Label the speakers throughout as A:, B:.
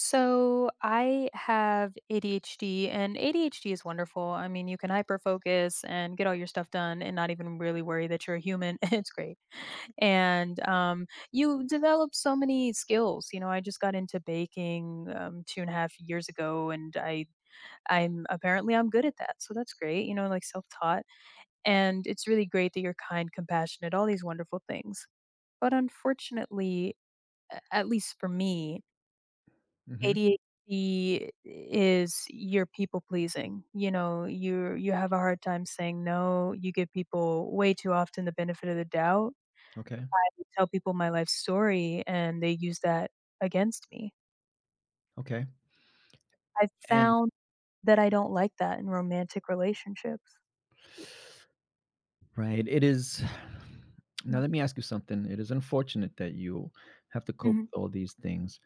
A: So I have ADHD, and ADHD is wonderful. I mean, you can hyperfocus and get all your stuff done and not even really worry that you're a human. It's great. And You develop so many skills. You know, I just got into baking two and a half years ago, and I'm apparently I'm good at that. So that's great, you know, like self-taught. And it's really great that you're kind, compassionate, all these wonderful things. But unfortunately, at least for me,
B: Mhm.
A: ADHD is you're people pleasing. You know, you have a hard time saying no. You give people way too often the benefit of the doubt.
B: Okay.
A: I would tell people my life story and they use that against me.
B: Okay.
A: I've
B: And
A: found that I don't like that in romantic relationships.
B: right, it is Now
A: Mm,
B: let me ask you something. It is unfortunate that you have to cope
A: mhm,
B: with all these things,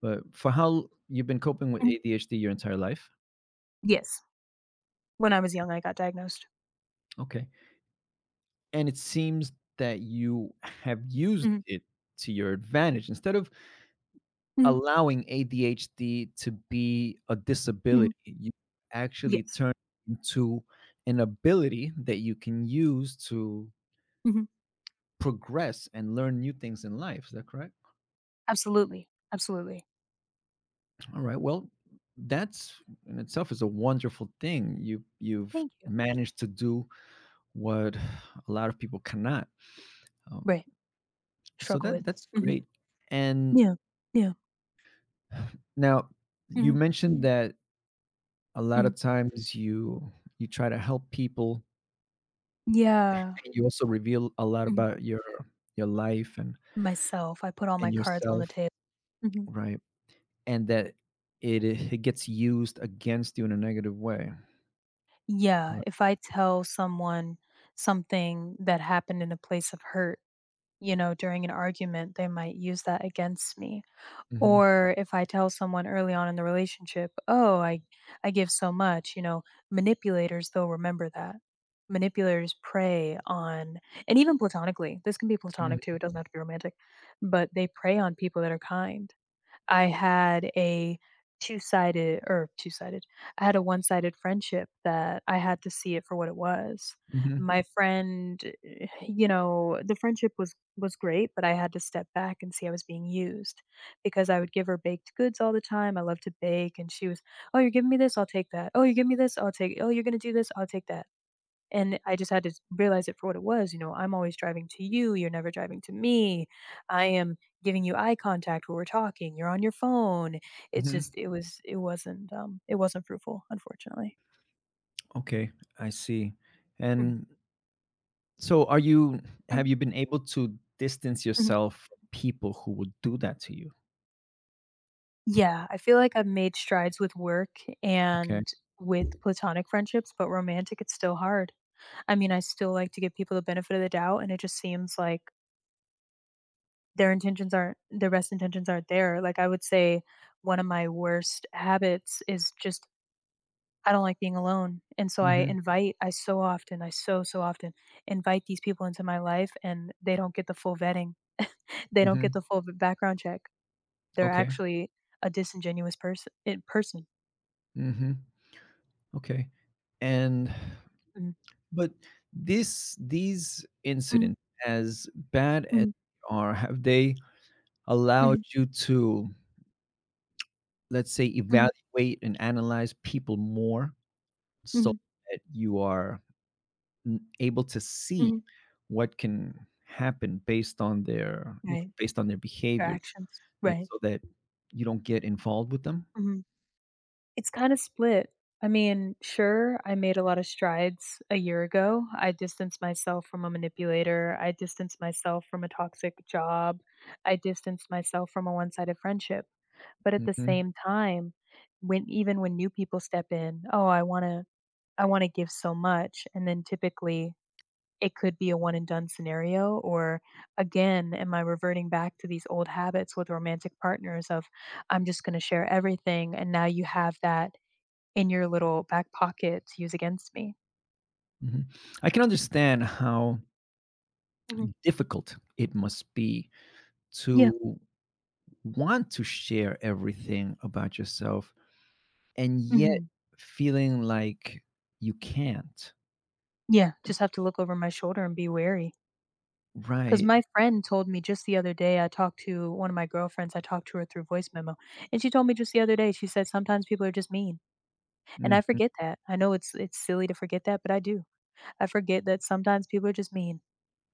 B: but for how you've been coping with
A: mhm.
B: ADHD your entire life?
A: Yes. When I was young, I got diagnosed.
B: Okay. And it seems that you have used
A: Mhm,
B: it to your advantage instead of
A: mhm,
B: allowing ADHD to be a
A: mhm.
B: disability, you actually
A: Yes.
B: turn it into an ability that you can use to
A: Mhm.
B: progress and learn new things in life. Is that correct?
A: Absolutely. Absolutely.
B: All right. Well, that's in itself is a wonderful thing. You've
A: Thank you.
B: managed to do what a lot of people cannot. Um,
A: Right.
B: so
A: Struggle
B: that
A: with.
B: that's
A: Mhm.
B: great. And
A: Yeah. Yeah.
B: now you
A: Mhm.
B: mentioned that a lot
A: Mhm.
B: of times you try to help people
A: Yeah.
B: and you also reveal a lot
A: Mhm.
B: about your life and
A: Myself, I put all
B: and
A: my cards on the
B: yourself,
A: table. Mhm.
B: right? And that it gets used against you in a negative way.
A: Yeah, if I tell someone something that happened in a place of hurt, you know, during an argument, they might use that against me.
B: Right.
A: Or if I tell someone early on in the relationship, "Oh, I give so much," you know, manipulators, they'll remember that. Manipulators prey on and even platonically, this can be platonic too,
B: Mhm,
A: it doesn't have to be romantic, but they prey on people that are kind. I had a two-sided or two-sided I had a one-sided friendship that I had to see it for what it was.
B: mhm,
A: My friend, you know, the friendship was great, but I had to step back and see I was being used because I would give her baked goods all the time. I love to bake and she was, "Oh, you're giving me this? I'll take that. Oh, you give me this? I'll take Oh, you're gonna do this? I'll take that." And I just had to realize it for what it was, you know, "I'm always driving to you, you're never driving to me. I am giving you eye contact when we're talking, you're on your phone." It's
B: mhm.
A: just it was it wasn't, it wasn't fruitful, unfortunately.
B: Okay, I see.
A: Mhm,
B: And so are you have
A: mhm,
B: you been able to distance
A: mhm.
B: yourself from people who would do that to you?
A: Yeah, I feel like I've made strides with work
B: Okay.
A: and with platonic friendships, but romantic, it's still hard. I mean, I still like to give people the benefit of the doubt, and it just seems like their best intentions aren't there. Like, I would say one of my worst habits is just I don't like being alone. And so I
B: Mhm,
A: invite I so often, I so, so often invite these people into my life and they don't get the full vetting. They don't get
B: mhm.
A: the full b background check. They're
B: Okay.
A: actually a disingenuous person.
B: Mhm. Okay. And
A: Mhm.
B: but this these
A: Mhm.
B: incidents, as bad as
A: Mhm.
B: they are, have they allowed
A: Mhm.
B: you to, let's say,
A: Mhm.
B: evaluate and analyze people more so
A: Mhm.
B: that you are able to see
A: Mhm.
B: what can happen based on their, you know,
A: Right.
B: based on their
A: Their
B: behaviors,
A: actions.
B: and
A: Right.
B: so that you don't get involved with them?
A: Mhm. It's kinda split. I mean, sure, I made a lot of strides a year ago. I distanced myself from a manipulator. I distanced myself from a toxic job. I distanced myself from a one-sided friendship. But at the
B: Hmm.
A: same time, when even when new people step in, "Oh, I wanna give so much," and then typically it could be a one and done scenario or again, am I reverting back to these old habits with romantic partners of, "I'm just gonna share everything," and now you have that in your little back pocket to use against me.
B: Hmm. I can understand how
A: Mhm.
B: difficult it must be
A: Yeah.
B: to want to share everything about yourself and yet
A: Mhm.
B: feeling like you can't,
A: Yeah, just have to look over my shoulder and be wary. Because
B: right?
A: my friend told me just the other day, I talked to one of my girlfriends, I talked to her through voice memo, and she told me just the other day, she said, "Sometimes people are just mean." And I
B: Hmm.
A: forget that. I know it's silly to forget that, but I do. I forget that sometimes people are just mean,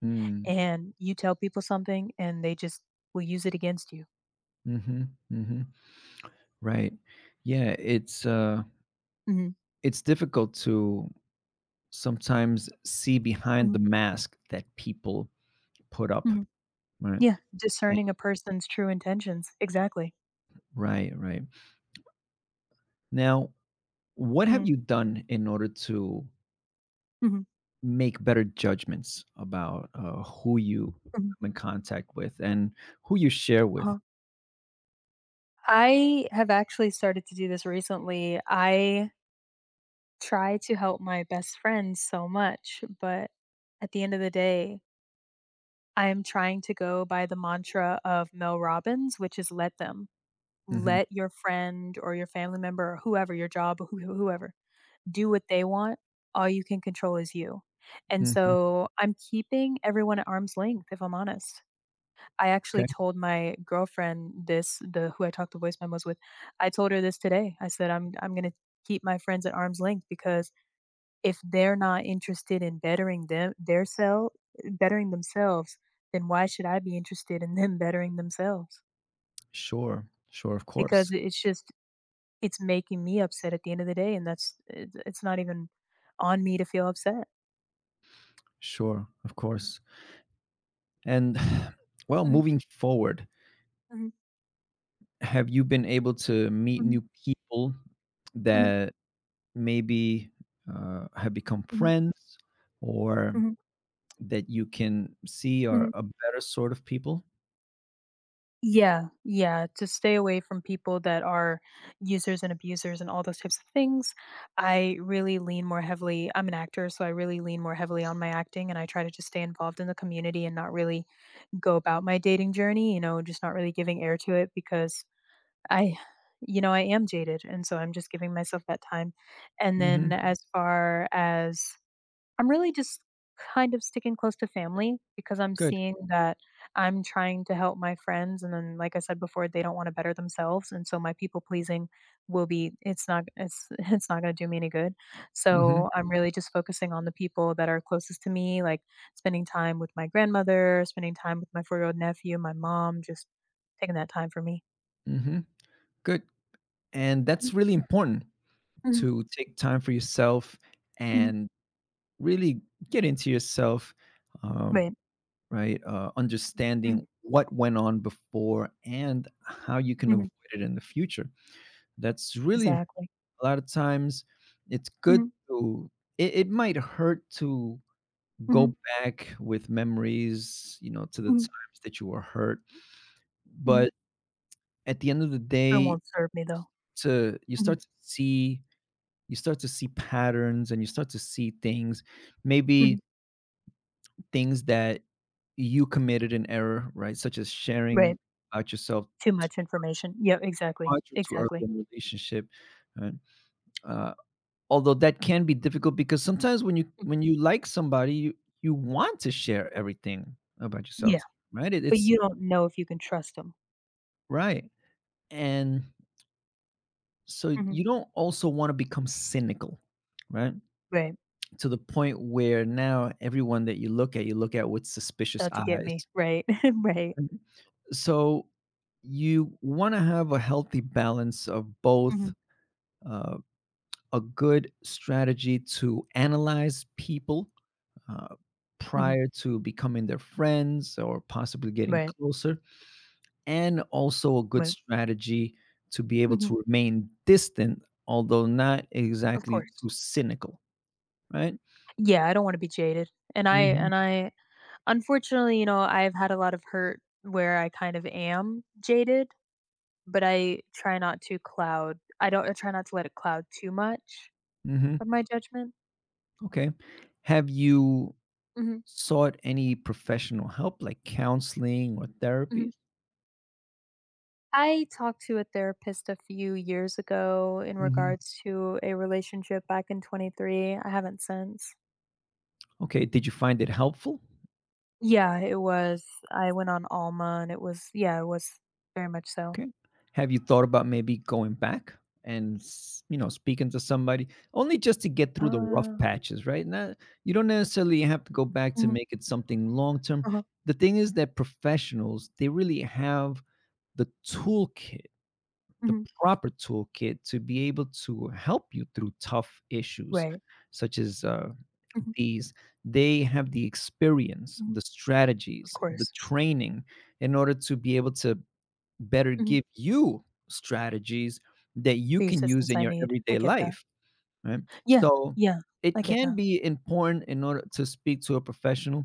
B: Hmm.
A: and you tell people something, and they just will use it against you.
B: Hmm. Right. Yeah,
A: Mhm.
B: it's difficult to sometimes see behind
A: Mhm.
B: the mask that people put up.
A: Mhm.
B: Right.
A: Yeah,
B: And-
A: discerning a person's true intentions. Exactly.
B: Right, right. Now, what have
A: Mhm.
B: you done in order to
A: Mhm.
B: make better judgments about who you
A: Mhm.
B: come in contact with and who you share with?
A: Uh-huh. I have actually started to do this recently. I try to help my best friends so much, but at the end of the day, I am trying to go by the mantra of Mel Robbins, which is let them.
B: Hmm.
A: Let your friend or your family member or whoever, your job, whoever, do what they want. All you can control is you. And
B: Hmm.
A: so I'm keeping everyone at arm's length, if I'm honest. I actually
B: Okay.
A: told my girlfriend this, the who I talked the voice memos with. I told her this today. I said, "I'm gonna keep my friends at arm's length because if they're not interested in bettering them their self, bettering themselves, then why should I be interested in them bettering themselves?
B: Sure. Sure. Of
A: Because
B: course.
A: it's making me upset at the end of the day, and that's it's not even on me to feel upset."
B: Sure. Of course. And well,
A: Mhm,
B: moving forward,
A: mhm,
B: have you been able to meet
A: mhm,
B: new people
A: mhm,
B: that maybe have become
A: mhm,
B: friends, or
A: mhm,
B: that you can see are
A: mhm.
B: a better sort of people?
A: Yeah, yeah, to stay away from people that are users and abusers and all those types of things. I'm an actor, so I really lean more heavily on my acting, and I try to just stay involved in the community and not really go about my dating journey, you know, just not really giving air to it because I you know, I am jaded, and so I'm just giving myself that time. And then
B: Hmm.
A: as far as I'm really just kind of sticking close to family because I'm
B: Good.
A: seeing that I'm trying to help my friends, and then, like I said before, they don't wanna better themselves, and so my people pleasing will be it's not it's it's not gonna do me any good.
B: Hmm.
A: So, I'm really just focusing on the people that are closest to me, like, spending time with my grandmother, spending time with my four-year-old nephew, my mom, just taking that time for me.
B: Hmm. Good. And
A: Mhm,
B: that's really important,
A: mhm,
B: to take time for yourself
A: mhm,
B: and really get into yourself, um,
A: right,
B: right?
A: mhm,
B: Understanding what went on before and how you can avoid
A: mhm,
B: it in the future. That's really, a
A: exactly.
B: lot of times it's good
A: Mhm,
B: to, it might hurt to
A: mhm,
B: go back with memories, you know, to the
A: mhm,
B: times that you were hurt,
A: mhm,
B: but at the end of the
A: but it
B: day,
A: won't serve me, though.
B: to you
A: Mhm,
B: start to see, you start to see patterns and you start to see things, maybe
A: mhm.
B: things that you committed an error, right? Such as sharing
A: Right,
B: about yourself
A: too
B: too
A: much information. Yeah, exactly,
B: much or too early
A: exactly.
B: in a relationship, right? Uh, although that can be difficult because sometimes when you
A: Mm,
B: when you like somebody, you want to share everything about yourself,
A: yeah,
B: right? It,
A: but
B: it's
A: you don't know if you can trust 'em.
B: right. And so
A: Mhm.
B: you don't also want to become cynical, right?
A: Right,
B: To the point where now everyone that you look at with suspicious
A: how to get me?"
B: eyes.
A: Right, right.
B: Mhm. So you want to have a healthy balance of both,
A: Mhm,
B: uh, a good strategy to analyze people, uh,
A: mhm.
B: prior to becoming their friends or possibly getting
A: Right,
B: closer, and also a good
A: right.
B: strategy to be able
A: Mhm.
B: to remain distant, although not
A: Of
B: exactly
A: course.
B: too cynical, right?
A: Yeah, I don't wanna be jaded, and I
B: Mhm,
A: and I unfortunately, you know, I've had a lot of hurt where I kind of am jaded, but I try not to let it cloud too much
B: mhm,
A: of my judgment.
B: okay. Have you
A: Mhm,
B: sought any professional help, like counseling or therapies?
A: mhm. I talked to a therapist a few years ago in
B: Mhm.
A: regards to a relationship back in '23. I haven't since.
B: Okay, did you find it helpful?
A: Yeah, it was. I went on Alma and yeah, it was very much so.
B: Okay. Have you thought about maybe going back and you know, speaking to somebody only just to get through the rough
A: Uh,
B: patches, right? Not, you don't necessarily have to go back to
A: hmm
B: make it something long term.
A: uh-huh,
B: The thing is that professionals, they really have the toolkit, the
A: hmm
B: proper toolkit to be able to help you through tough issues
A: Right.
B: such as,
A: hmm
B: these. They have the experience,
A: hmm
B: the
A: Of
B: strategies, the
A: course.
B: training in order to be able to better
A: hmm
B: give you strategies that you
A: The
B: can use
A: assistance
B: in
A: I
B: your
A: need. I
B: everyday
A: get that.
B: life, right?
A: Yeah,
B: So
A: yeah,
B: it
A: I get
B: can
A: that.
B: be important in order to speak to a professional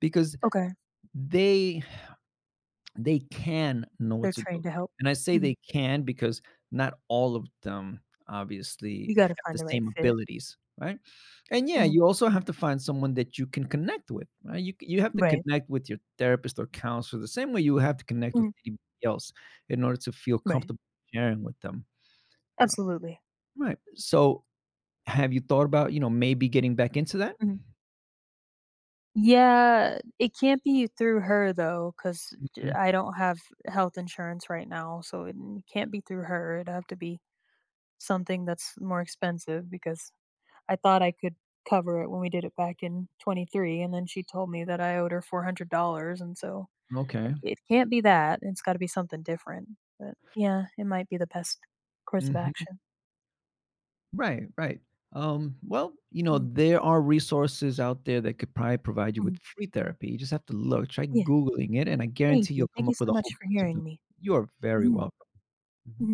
B: because
A: Okay.
B: they they can know what
A: They're
B: to do.
A: trained to help.
B: And I say
A: hmm
B: they can because not all of them obviously
A: You got to
B: have the
A: find the right
B: same
A: fit.
B: abilities, right? And yeah,
A: hmm
B: you also have to find someone that you can connect with, right? You you have to
A: Right.
B: connect with your therapist or counselor the same way you have to connect with
A: hmm
B: anybody else in order to feel
A: Right.
B: comfortable sharing with them. Uh,
A: Absolutely.
B: right. So have you thought about, you know, maybe getting back into that?
A: Yeah, it can't be through her though, because
B: Mhm.
A: I don't have health insurance right now, so it n can't be through her, it'd have to be something that's more expensive because I thought I could cover it when we did it back in '23, and then she told me that I owed her $400, and so
B: Okay.
A: it can't be that, it's gotta be something different, but yeah, it might be the best course of action.
B: Right, right. Well, you know,
A: Mm,
B: there are resources out there that could probably provide you with
A: mhm,
B: free therapy. You just have to look, try
A: yeah,
B: Googling it, and I guarantee you'll come
A: thank you
B: up with
A: so
B: a
A: much
B: whole
A: for
B: bunch of them.
A: hearing me.
B: You are very
A: Mhm,
B: welcome.
A: mhm.
B: Mm-hmm.